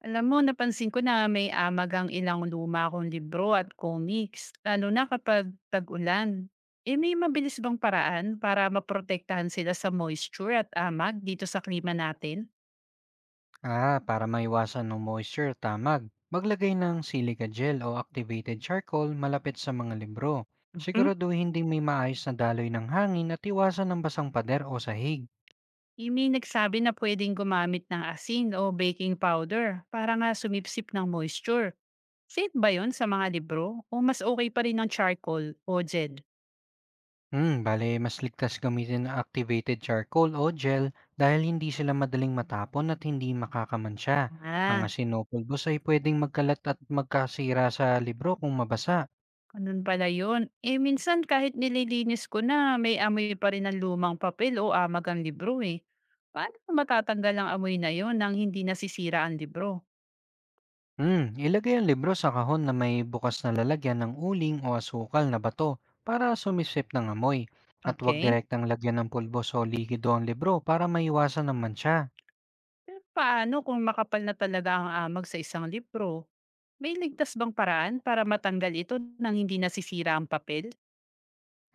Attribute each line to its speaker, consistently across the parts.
Speaker 1: Alam mo, napansin ko na may amag ang ilang luma kong libro at comics, lalo na kapag tag-ulan. Eh may mabilis bang paraan para maprotektahan sila sa moisture at amag dito sa klima natin?
Speaker 2: Para maiwasan ng moisture, tamag. Maglagay ng silica gel o activated charcoal malapit sa mga libro.
Speaker 1: Mhm.
Speaker 2: Siguraduhin ding may maayos na daloy ng hangin at iwasan ng basang pader o sahig.
Speaker 1: Eh, may nagsabi na pwedeng gumamit ng asin o baking powder para nga sumipsip ng moisture. Safe ba yon sa mga libro? O mas okay pa rin ng charcoal o jed?
Speaker 2: Bale mas ligtas gamitin ang activated charcoal o gel dahil hindi sila madaling matapon at hindi makakamansya. Ang
Speaker 1: Ah,
Speaker 2: asinopulbos ay pwedeng magkalat at magkasira sa libro kung mabasa.
Speaker 1: ganun pala yun. Eh, minsan kahit nililinis ko na, may amoy pa rin ng lumang papel o amag ang libro eh. Paano ko matatanggal ang amoy na yon nang hindi nasisira ang libro?
Speaker 2: Ilagay ang libro sa kahon na may bukas na lalagyan ng uling o asukal na bato para sumisip ng amoy. At huwag
Speaker 1: Okay.
Speaker 2: direktang lagyan ng pulbos o likido ang libro para maiwasan ng mancha.
Speaker 1: Pero paano kung makapal na talaga ang amag sa isang libro? May ligtas bang paraan para matanggal ito nang hindi nasisira ang papel?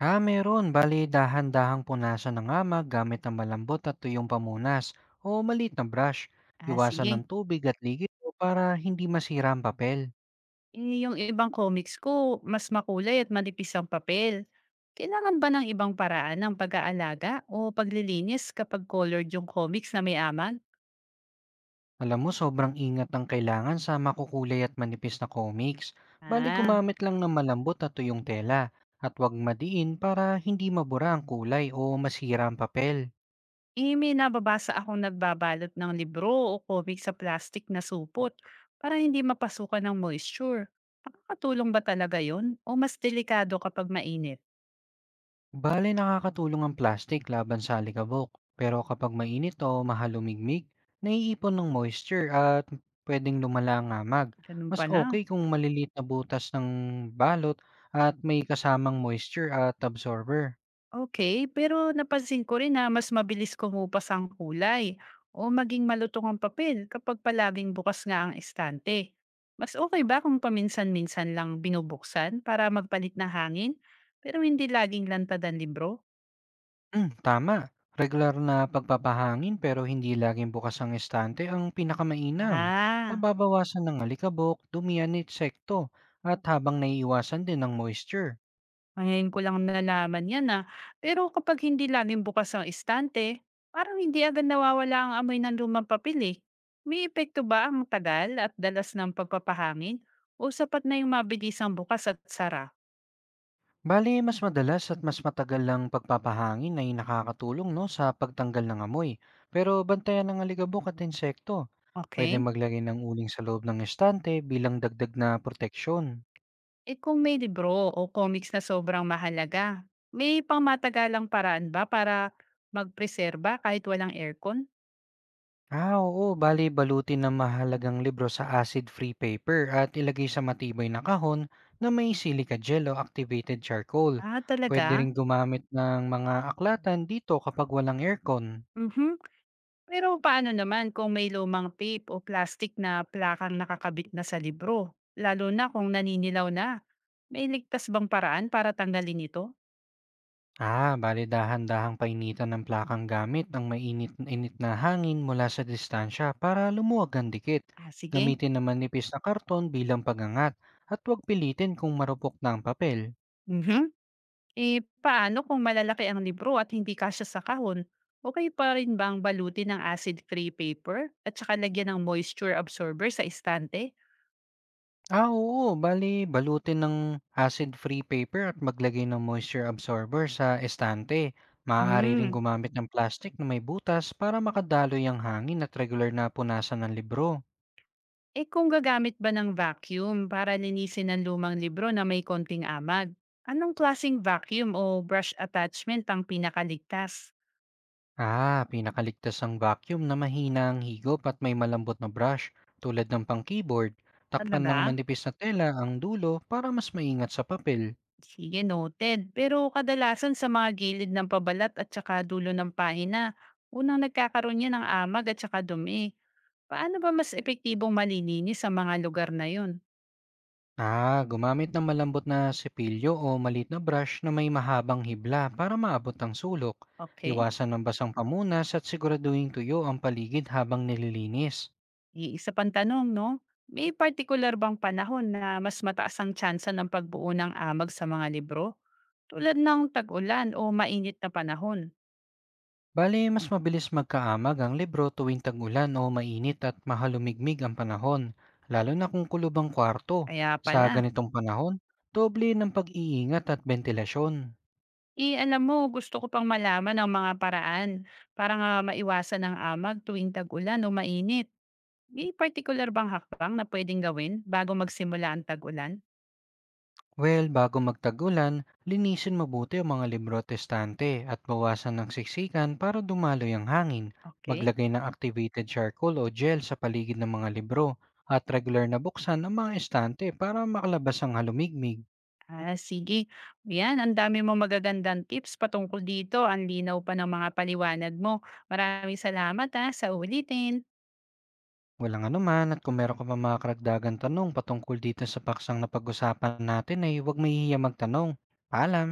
Speaker 2: Ah, meron. Bali, dahan-dahang punasan ng ama gamit ang malambot at tuyong pamunas o maliit na brush.
Speaker 1: Ah,
Speaker 2: Iwasan ng
Speaker 1: sige.
Speaker 2: tubig at likido para hindi masira ang papel.
Speaker 1: Eh, yung ibang comics ko mas makulay at manipis ang papel. Kailangan ba ng ibang paraan ng pag-aalaga o paglilinis kapag colored yung comics na may amal?
Speaker 2: Alam mo, sobrang ingat ang kailangan sa makukulay at manipis na comics. Bali
Speaker 1: Ah,
Speaker 2: gumamit lang ng malambot at tuyong tela at huwag madiin para hindi mabura ang kulay o masira ang papel.
Speaker 1: eh may nababasa akong nagbabalot ng libro o comic sa plastic na supot para hindi mapasukan ng moisture. Nakakatulong ba talaga yon o mas delikado kapag mainit?
Speaker 2: Bali nakakatulong ang plastic laban sa alikabok. Pero kapag mainit o mahalumigmig, naiipon ng moisture at pwedeng lumala ang amag.
Speaker 1: Ganun
Speaker 2: Mas
Speaker 1: pa na.
Speaker 2: okay kung malilit na butas ng balot at may kasamang moisture at absorber.
Speaker 1: Okay, pero napansin ko rin na mas mabilis kumupas ang kulay o maging malutong ang papel kapag palaging bukas nga ang estante. Mas okay ba kung paminsan-minsan lang binubuksan para magpalit na hangin pero hindi laging lantad ang libro?
Speaker 2: Hmm, tama. Regular na pagpapahangin pero hindi laging bukas ang estante ang pinakamainam.
Speaker 1: Ah.
Speaker 2: Nababawasan ng alikabok, dumi at insekto, at habang naiiwasan din ng moisture.
Speaker 1: Ah, ngayon ko lang nalaman 'yan, ah. Pero kapag hindi laging bukas ang istante, parang hindi agad nawawala ang amoy ng lumang papel, eh. May epekto ba ang tagal at dalas ng pagpapahangin o sapat na yung mabilisang bukas at sara?
Speaker 2: Bali, mas madalas at mas matagal lang pagpapahangin ay nakakatulong no, sa pagtanggal ng amoy. Pero bantayan ng alikabok at insekto. Pwede
Speaker 1: Okay?
Speaker 2: maglagay ng uling sa loob ng estante bilang dagdag na proteksyon.
Speaker 1: Eh, kung may libro o comics na sobrang mahalaga, may pangmatagalang paraan ba para magpreserba kahit walang aircon?
Speaker 2: Ah, oo. Bale, balutin ng mahalagang libro sa acid-free paper at ilagay sa matibay na kahon na may silica gel o activated charcoal.
Speaker 1: Ah,
Speaker 2: Pwede
Speaker 1: talaga?
Speaker 2: rin gumamit ng mga aklatan dito kapag walang aircon.
Speaker 1: Mhm. Pero paano naman kung may lumang tape o plastic na plakang nakakabit na sa libro? Lalo na kung naninilaw na. May ligtas bang paraan para tanggalin ito?
Speaker 2: Bale dahan-dahang painitan ng plakang gamit ang mainit-init na hangin mula sa distansya para lumuwag ang dikit.
Speaker 1: Ah, sige.
Speaker 2: Gamitin naman nipis na karton bilang pagangat at huwag pilitin kung marupok na ang papel.
Speaker 1: Mhm. Eh, paano kung malalaki ang libro at hindi kasya sa kahon? Okay pa rin bang balutin ng acid-free paper at saka lagyan ng moisture absorber sa istante?
Speaker 2: Ah, oo. Bale, balutin ng acid-free paper at maglagay ng moisture absorber sa estante. Maaari ring
Speaker 1: Hmm,
Speaker 2: gumamit ng plastic na may butas para makadaloy ang hangin at regular na punasan ng libro.
Speaker 1: Eh kung gagamit ba ng vacuum para linisin ang lumang libro na may konting amag? Anong klasing vacuum o brush attachment ang pinakaligtas?
Speaker 2: Pinakaligtas ang vacuum na mahina ang higop at may malambot na brush tulad ng pang-keyboard. Takpan ng
Speaker 1: Talaga?
Speaker 2: manipis na tela ang dulo para mas maingat sa papel.
Speaker 1: Sige, noted. Pero kadalasan sa mga gilid ng pabalat at saka dulo ng pahina, unang nagkakaroon niya ng amag at saka dumi. Paano ba mas epektibong malininis sa mga lugar na yun?
Speaker 2: Gumamit ng malambot na sipilyo o maliit na brush na may mahabang hibla para maabot ang sulok.
Speaker 1: Okay?
Speaker 2: Iwasan ng basang pamunas at siguraduhin tuyo ang paligid habang nililinis.
Speaker 1: Iisa pang tanong 'no, may particular bang panahon na mas mataas ang tsansa ng pagbuo ng amag sa mga libro? Tulad ng tag-ulan o mainit na panahon?
Speaker 2: Bale, mas mabilis magkaamag ang libro tuwing tag-ulan o mainit at mahalumigmig ang panahon, lalo na kung kulubang kwarto.
Speaker 1: Kaya
Speaker 2: Sa
Speaker 1: pala,
Speaker 2: ganitong panahon, doble ng pag-iingat at ventilasyon.
Speaker 1: eh, alam mo gusto ko pang malaman ang mga paraan para nga maiwasan ang amag tuwing tag-ulan o mainit. May particular bang hakbang na puwedeng gawin bago magsimula ang tag-ulan?
Speaker 2: Well, bago magtagulan, linisin mabuti ang mga libro at estante at bawasan ng siksikan para dumaloy ang hangin.
Speaker 1: Okey.
Speaker 2: Maglagay ng activated charcoal o gel sa paligid ng mga libro at regular na buksan ang mga estante para makalabas ang halumigmig.
Speaker 1: Ah, sige. Yan, ang dami mong magagandang tips patungkol dito. Ang linaw pa ng mga paliwanag mo. Maraming salamat ha, sa ulitin.
Speaker 2: Walang anuman at kung meron ka pa mga karagdagan tanong patungkol dito sa paksang napag-usapan natin ay huwag mahihiya magtanong. Paalam!